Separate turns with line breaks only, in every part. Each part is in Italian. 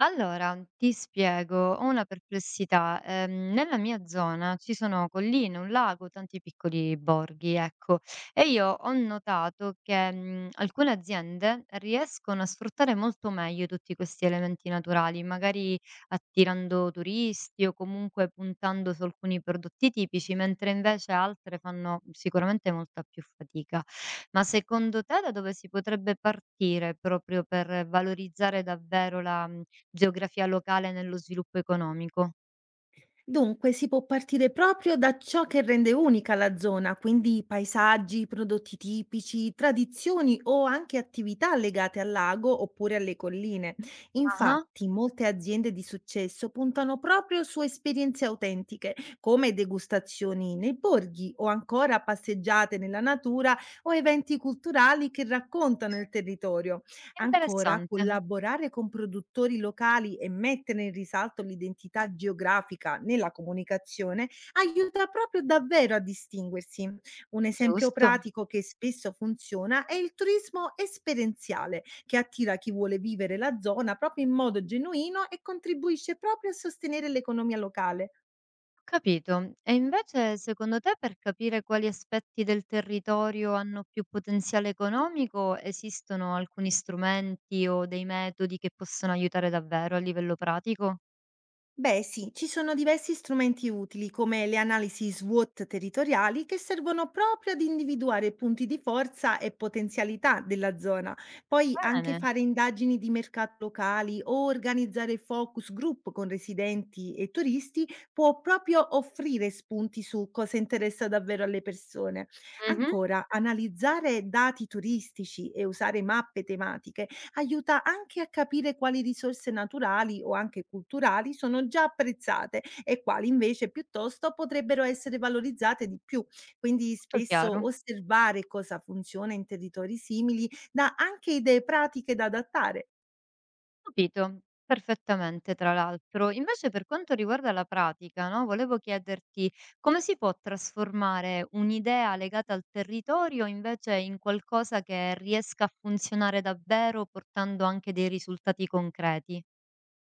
Allora, ti spiego, ho una perplessità. Nella mia zona ci sono colline, un lago, tanti piccoli borghi, ecco, e io ho notato che alcune aziende riescono a sfruttare molto meglio tutti questi elementi naturali, magari attirando turisti o comunque puntando su alcuni prodotti tipici, mentre invece altre fanno sicuramente molta più fatica. Ma secondo te da dove si potrebbe partire proprio per valorizzare davvero la geografia locale nello sviluppo economico.
Dunque, si può partire proprio da ciò che rende unica la zona, quindi paesaggi, prodotti tipici, tradizioni o anche attività legate al lago oppure alle colline.
Ah-ah,
Infatti, molte aziende di successo puntano proprio su esperienze autentiche, come degustazioni nei borghi o ancora passeggiate nella natura o eventi culturali che raccontano il territorio. Ancora,
interessante.
collaborare con produttori locali e mettere in risalto l'identità geografica nella comunicazione aiuta proprio davvero a distinguersi. Un esempio
Giusto, ho
pratico che spesso funziona è il turismo esperienziale, che attira chi vuole vivere la zona proprio in modo genuino e contribuisce proprio a sostenere l'economia locale.
capito. E invece secondo te per capire quali aspetti del territorio hanno più potenziale economico, esistono alcuni strumenti o dei metodi che possono aiutare davvero a livello pratico?
Beh, sì, ci sono diversi strumenti utili, come le analisi SWOT territoriali, che servono proprio ad individuare punti di forza e potenzialità della zona. Poi anche
Bene.
fare indagini di mercato locali o organizzare focus group con residenti e turisti può proprio offrire spunti su cosa interessa davvero alle persone.
Mh-mh,
Ancora, analizzare dati turistici e usare mappe tematiche aiuta anche a capire quali risorse naturali o anche culturali sono già apprezzate e quali invece piuttosto potrebbero essere valorizzate di più. Quindi
tutto
spesso
chiaro.
osservare cosa funziona in territori simili dà anche idee pratiche da adattare.
Capito, perfettamente tra l'altro. Invece per quanto riguarda la pratica, no, volevo chiederti come si può trasformare un'idea legata al territorio invece in qualcosa che riesca a funzionare davvero portando anche dei risultati concreti.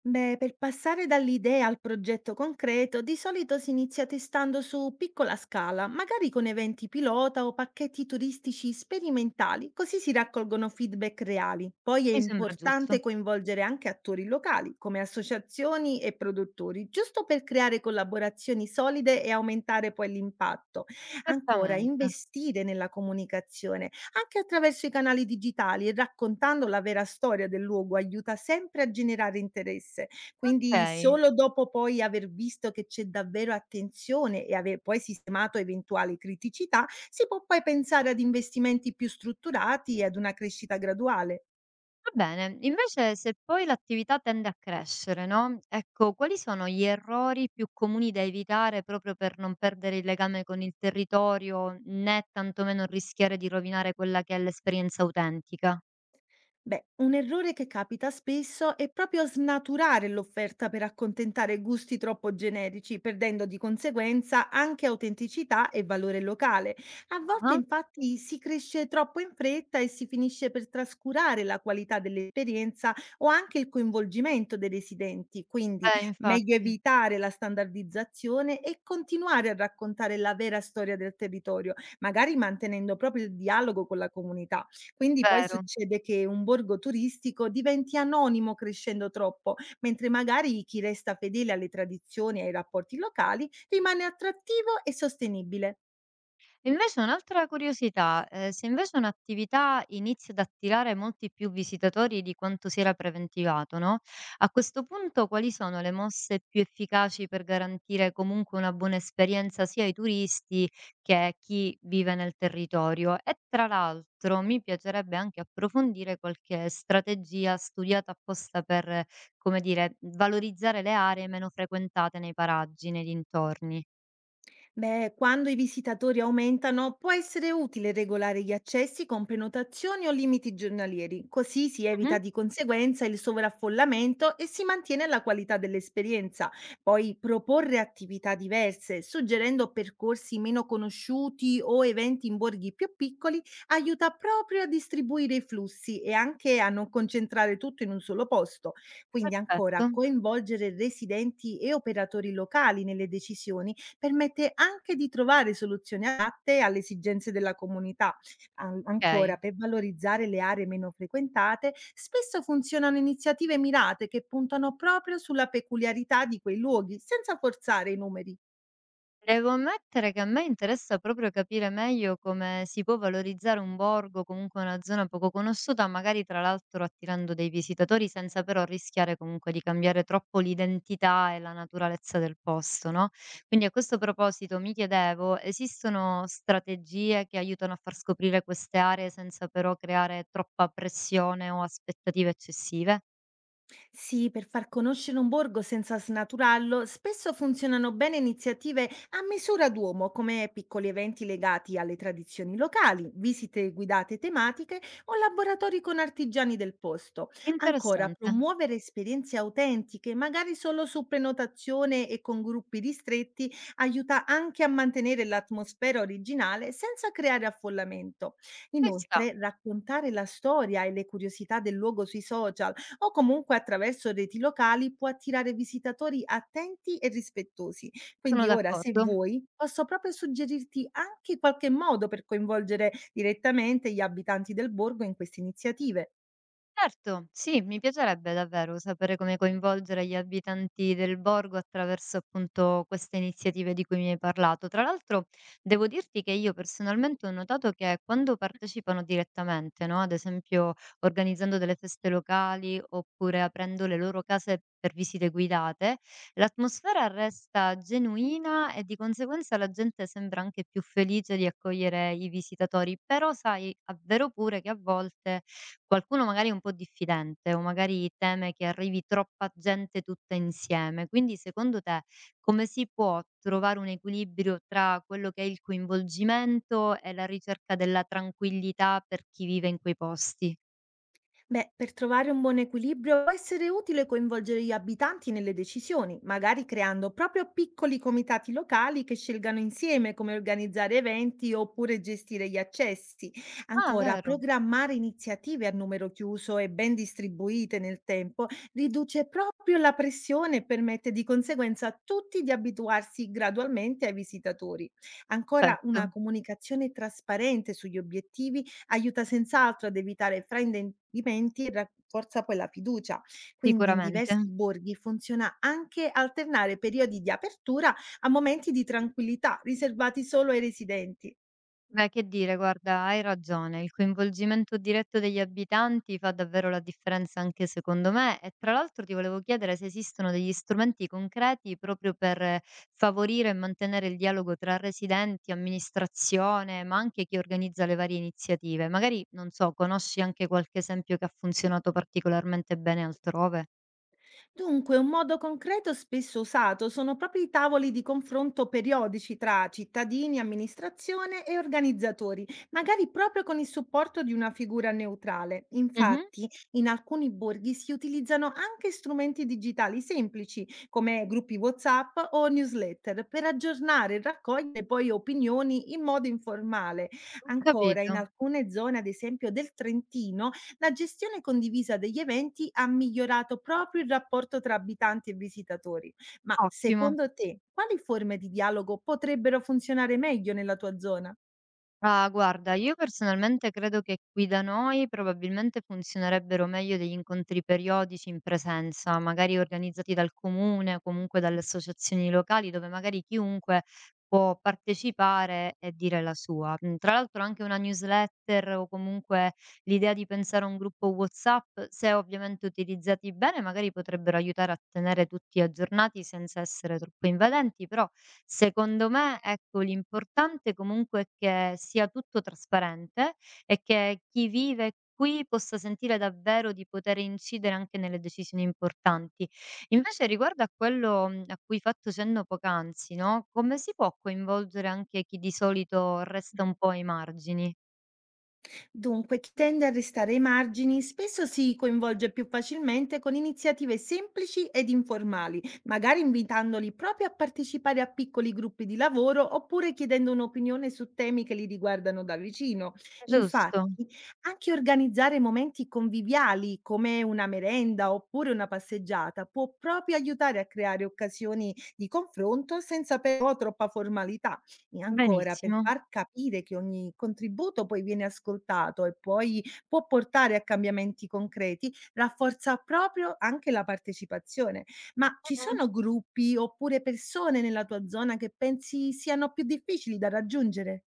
Beh, per passare dall'idea al progetto concreto, di solito si inizia testando su piccola scala, magari con eventi pilota o pacchetti turistici sperimentali, così si raccolgono feedback reali. Poi è
Mi sembra giusto.
importante coinvolgere anche attori locali, come associazioni e produttori, giusto per creare collaborazioni solide e aumentare poi l'impatto. Ancora,
Esattamente.
investire nella comunicazione anche attraverso i canali digitali e raccontando la vera storia del luogo aiuta sempre a generare interesse. Quindi
Okay.
solo dopo poi aver visto che c'è davvero attenzione e aver poi sistemato eventuali criticità, si può poi pensare ad investimenti più strutturati e ad una crescita graduale.
Va bene, invece se poi l'attività tende a crescere, no? Ecco, quali sono gli errori più comuni da evitare proprio per non perdere il legame con il territorio, né tantomeno rischiare di rovinare quella che è l'esperienza autentica?
Beh, un errore che capita spesso è proprio snaturare l'offerta per accontentare gusti troppo generici, perdendo di conseguenza anche autenticità e valore locale. A volte
Ah-ah.
infatti si cresce troppo in fretta e si finisce per trascurare la qualità dell'esperienza o anche il coinvolgimento dei residenti, quindi meglio
Infatti,
evitare la standardizzazione e continuare a raccontare la vera storia del territorio, magari mantenendo proprio il dialogo con la comunità. Quindi poi
vero.
succede che un borgo turistico diventi anonimo crescendo troppo, mentre magari chi resta fedele alle tradizioni e ai rapporti locali rimane attrattivo e sostenibile.
Invece un'altra curiosità, se invece un'attività inizia ad attirare molti più visitatori di quanto si era preventivato, no, a questo punto quali sono le mosse più efficaci per garantire comunque una buona esperienza sia ai turisti che a chi vive nel territorio? E tra l'altro mi piacerebbe anche approfondire qualche strategia studiata apposta per, come dire, valorizzare le aree meno frequentate nei paraggi, nei dintorni.
Beh, quando i visitatori aumentano, può essere utile regolare gli accessi con prenotazioni o limiti giornalieri, così si evita
Mh-mh,
di conseguenza il sovraffollamento e si mantiene la qualità dell'esperienza. Poi proporre attività diverse, suggerendo percorsi meno conosciuti o eventi in borghi più piccoli, aiuta proprio a distribuire i flussi e anche a non concentrare tutto in un solo posto. Quindi ancora
perfetto,
coinvolgere residenti e operatori locali nelle decisioni permette anche di trovare soluzioni adatte alle esigenze della comunità. Ancora,
okay.
per valorizzare le aree meno frequentate, spesso funzionano iniziative mirate che puntano proprio sulla peculiarità di quei luoghi, senza forzare i numeri.
Devo ammettere che a me interessa proprio capire meglio come si può valorizzare un borgo, comunque una zona poco conosciuta, magari tra l'altro attirando dei visitatori senza però rischiare comunque di cambiare troppo l'identità e la naturalezza del posto, no? Quindi a questo proposito mi chiedevo, esistono strategie che aiutano a far scoprire queste aree senza però creare troppa pressione o aspettative eccessive?
Sì, per far conoscere un borgo senza snaturarlo, spesso funzionano bene iniziative a misura d'uomo, come piccoli eventi legati alle tradizioni locali, visite guidate tematiche o laboratori con artigiani del posto. Ancora,
Interessante.
promuovere esperienze autentiche, magari solo su prenotazione e con gruppi ristretti, aiuta anche a mantenere l'atmosfera originale senza creare affollamento.
Ci sta,
Inoltre, raccontare la storia e le curiosità del luogo sui social o comunque attraverso reti locali può attirare visitatori attenti e rispettosi.
sono
Quindi ora, se
d'accordo.
vuoi, posso proprio suggerirti anche qualche modo per coinvolgere direttamente gli abitanti del borgo in queste iniziative.
Certo, sì, mi piacerebbe davvero sapere come coinvolgere gli abitanti del borgo attraverso appunto queste iniziative di cui mi hai parlato. Tra l'altro, devo dirti che io personalmente ho notato che quando partecipano direttamente, no? Ad esempio organizzando delle feste locali oppure aprendo le loro case per visite guidate, l'atmosfera resta genuina e di conseguenza la gente sembra anche più felice di accogliere i visitatori. Però sai, è vero pure che a volte qualcuno magari è un po' diffidente o magari teme che arrivi troppa gente tutta insieme. Quindi secondo te come si può trovare un equilibrio tra quello che è il coinvolgimento e la ricerca della tranquillità per chi vive in quei posti?
Beh, per trovare un buon equilibrio può essere utile coinvolgere gli abitanti nelle decisioni, magari creando proprio piccoli comitati locali che scelgano insieme come organizzare eventi oppure gestire gli accessi.
Ah
Ancora,
vero,
programmare iniziative a numero chiuso e ben distribuite nel tempo riduce proprio la pressione e permette di conseguenza a tutti di abituarsi gradualmente ai visitatori. Ancora, una
certo,
comunicazione trasparente sugli obiettivi aiuta senz'altro ad evitare fraintendimenti e rafforza poi la fiducia. Quindi in
sicuramente.
diversi borghi funziona anche alternare periodi di apertura a momenti di tranquillità riservati solo ai residenti.
Beh, che dire, guarda, hai ragione. Il coinvolgimento diretto degli abitanti fa davvero la differenza anche secondo me. E tra l'altro ti volevo chiedere se esistono degli strumenti concreti proprio per favorire e mantenere il dialogo tra residenti, amministrazione, ma anche chi organizza le varie iniziative. Magari, non so, conosci anche qualche esempio che ha funzionato particolarmente bene altrove?
Dunque, un modo concreto spesso usato sono proprio i tavoli di confronto periodici tra cittadini, amministrazione e organizzatori, magari proprio con il supporto di una figura neutrale.
Mhm,
Infatti, in alcuni borghi si utilizzano anche strumenti digitali semplici, come gruppi WhatsApp o newsletter, per aggiornare e raccogliere poi opinioni in modo informale.
ho
Ancora, in
capito.
alcune zone, ad esempio del Trentino, la gestione condivisa degli eventi ha migliorato proprio il rapporto tra abitanti e visitatori. Ma
Ottimo.
secondo te, quali forme di dialogo potrebbero funzionare meglio nella tua zona?
Ah, guarda, io personalmente credo che qui da noi probabilmente funzionerebbero meglio degli incontri periodici in presenza, magari organizzati dal comune o comunque dalle associazioni locali, dove magari chiunque può partecipare e dire la sua. Tra l'altro anche una newsletter o comunque l'idea di pensare a un gruppo WhatsApp, se ovviamente utilizzati bene, magari potrebbero aiutare a tenere tutti aggiornati senza essere troppo invadenti, però secondo me, ecco, l'importante comunque è che sia tutto trasparente e che chi vive qui possa sentire davvero di poter incidere anche nelle decisioni importanti. Invece riguardo a quello a cui hai fatto cenno poc'anzi, no? Come si può coinvolgere anche chi di solito resta un po' ai margini?
Dunque, chi tende a restare ai margini spesso si coinvolge più facilmente con iniziative semplici ed informali, magari invitandoli proprio a partecipare a piccoli gruppi di lavoro oppure chiedendo un'opinione su temi che li riguardano da vicino.
Giusto?
Infatti, anche organizzare momenti conviviali come una merenda oppure una passeggiata può proprio aiutare a creare occasioni di confronto senza però troppa formalità. E ancora, per
Benissimo.
far capire che ogni contributo poi viene ascoltato e poi può portare a cambiamenti concreti, rafforza proprio anche la partecipazione. Ma ci
Mh-mh.
sono gruppi oppure persone nella tua zona che pensi siano più difficili da raggiungere?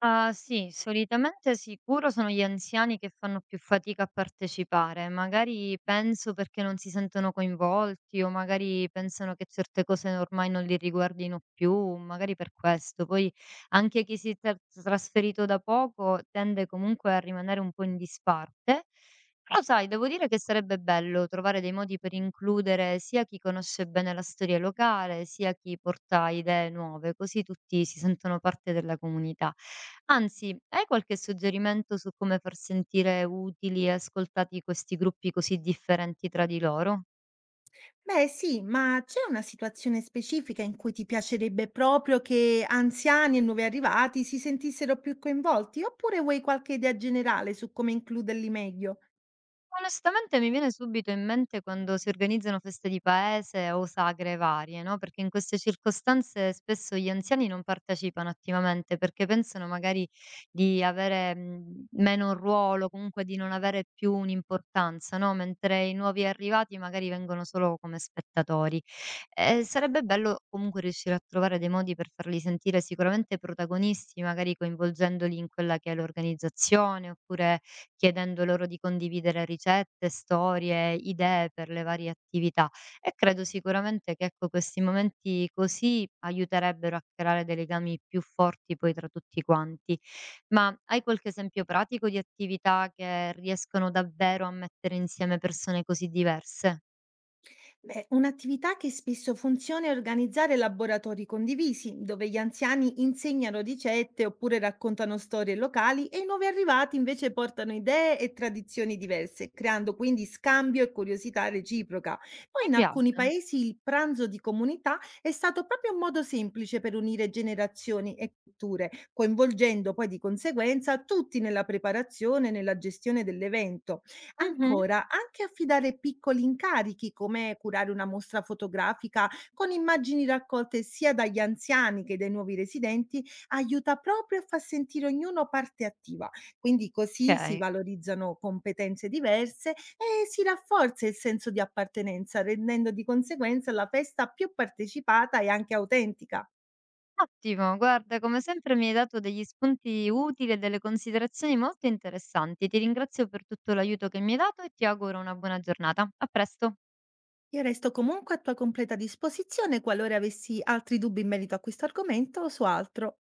Ah, sì, solitamente sicuro sono gli anziani che fanno più fatica a partecipare, magari penso perché non si sentono coinvolti o magari pensano che certe cose ormai non li riguardino più, magari per questo. Poi anche chi si è tra- trasferito da poco tende comunque a rimanere un po' in disparte. Però sai, devo dire che sarebbe bello trovare dei modi per includere sia chi conosce bene la storia locale, sia chi porta idee nuove, così tutti si sentono parte della comunità. Anzi, hai qualche suggerimento su come far sentire utili e ascoltati questi gruppi così differenti tra di loro?
Beh sì, ma c'è una situazione specifica in cui ti piacerebbe proprio che anziani e nuovi arrivati si sentissero più coinvolti? Oppure vuoi qualche idea generale su come includerli meglio?
Onestamente mi viene subito in mente quando si organizzano feste di paese o sagre varie, no? Perché in queste circostanze spesso gli anziani non partecipano attivamente perché pensano magari di avere meno ruolo, comunque di non avere più un'importanza, no? Mentre i nuovi arrivati magari vengono solo come spettatori. Sarebbe bello comunque riuscire a trovare dei modi per farli sentire sicuramente protagonisti, magari coinvolgendoli in quella che è l'organizzazione oppure chiedendo loro di condividere ricette, storie, idee per le varie attività e credo sicuramente che ecco questi momenti così aiuterebbero a creare dei legami più forti poi tra tutti quanti. Ma hai qualche esempio pratico di attività che riescono davvero a mettere insieme persone così diverse?
Beh, un'attività che spesso funziona è organizzare laboratori condivisi, dove gli anziani insegnano ricette oppure raccontano storie locali e i nuovi arrivati invece portano idee e tradizioni diverse, creando quindi scambio e curiosità reciproca. Poi
Mi
in alcuni
piace.
paesi il pranzo di comunità è stato proprio un modo semplice per unire generazioni e culture, coinvolgendo poi di conseguenza tutti nella preparazione e nella gestione dell'evento.
Mh-mh.
Ancora, anche affidare piccoli incarichi come curare una mostra fotografica con immagini raccolte sia dagli anziani che dai nuovi residenti aiuta proprio a far sentire ognuno parte attiva. Quindi così si
Okay.
valorizzano competenze diverse e si rafforza il senso di appartenenza, rendendo di conseguenza la festa più partecipata e anche autentica.
Ottimo, guarda, come sempre mi hai dato degli spunti utili e delle considerazioni molto interessanti. Ti ringrazio per tutto l'aiuto che mi hai dato e ti auguro una buona giornata. A presto.
Io resto comunque a tua completa disposizione qualora avessi altri dubbi in merito a questo argomento o su altro.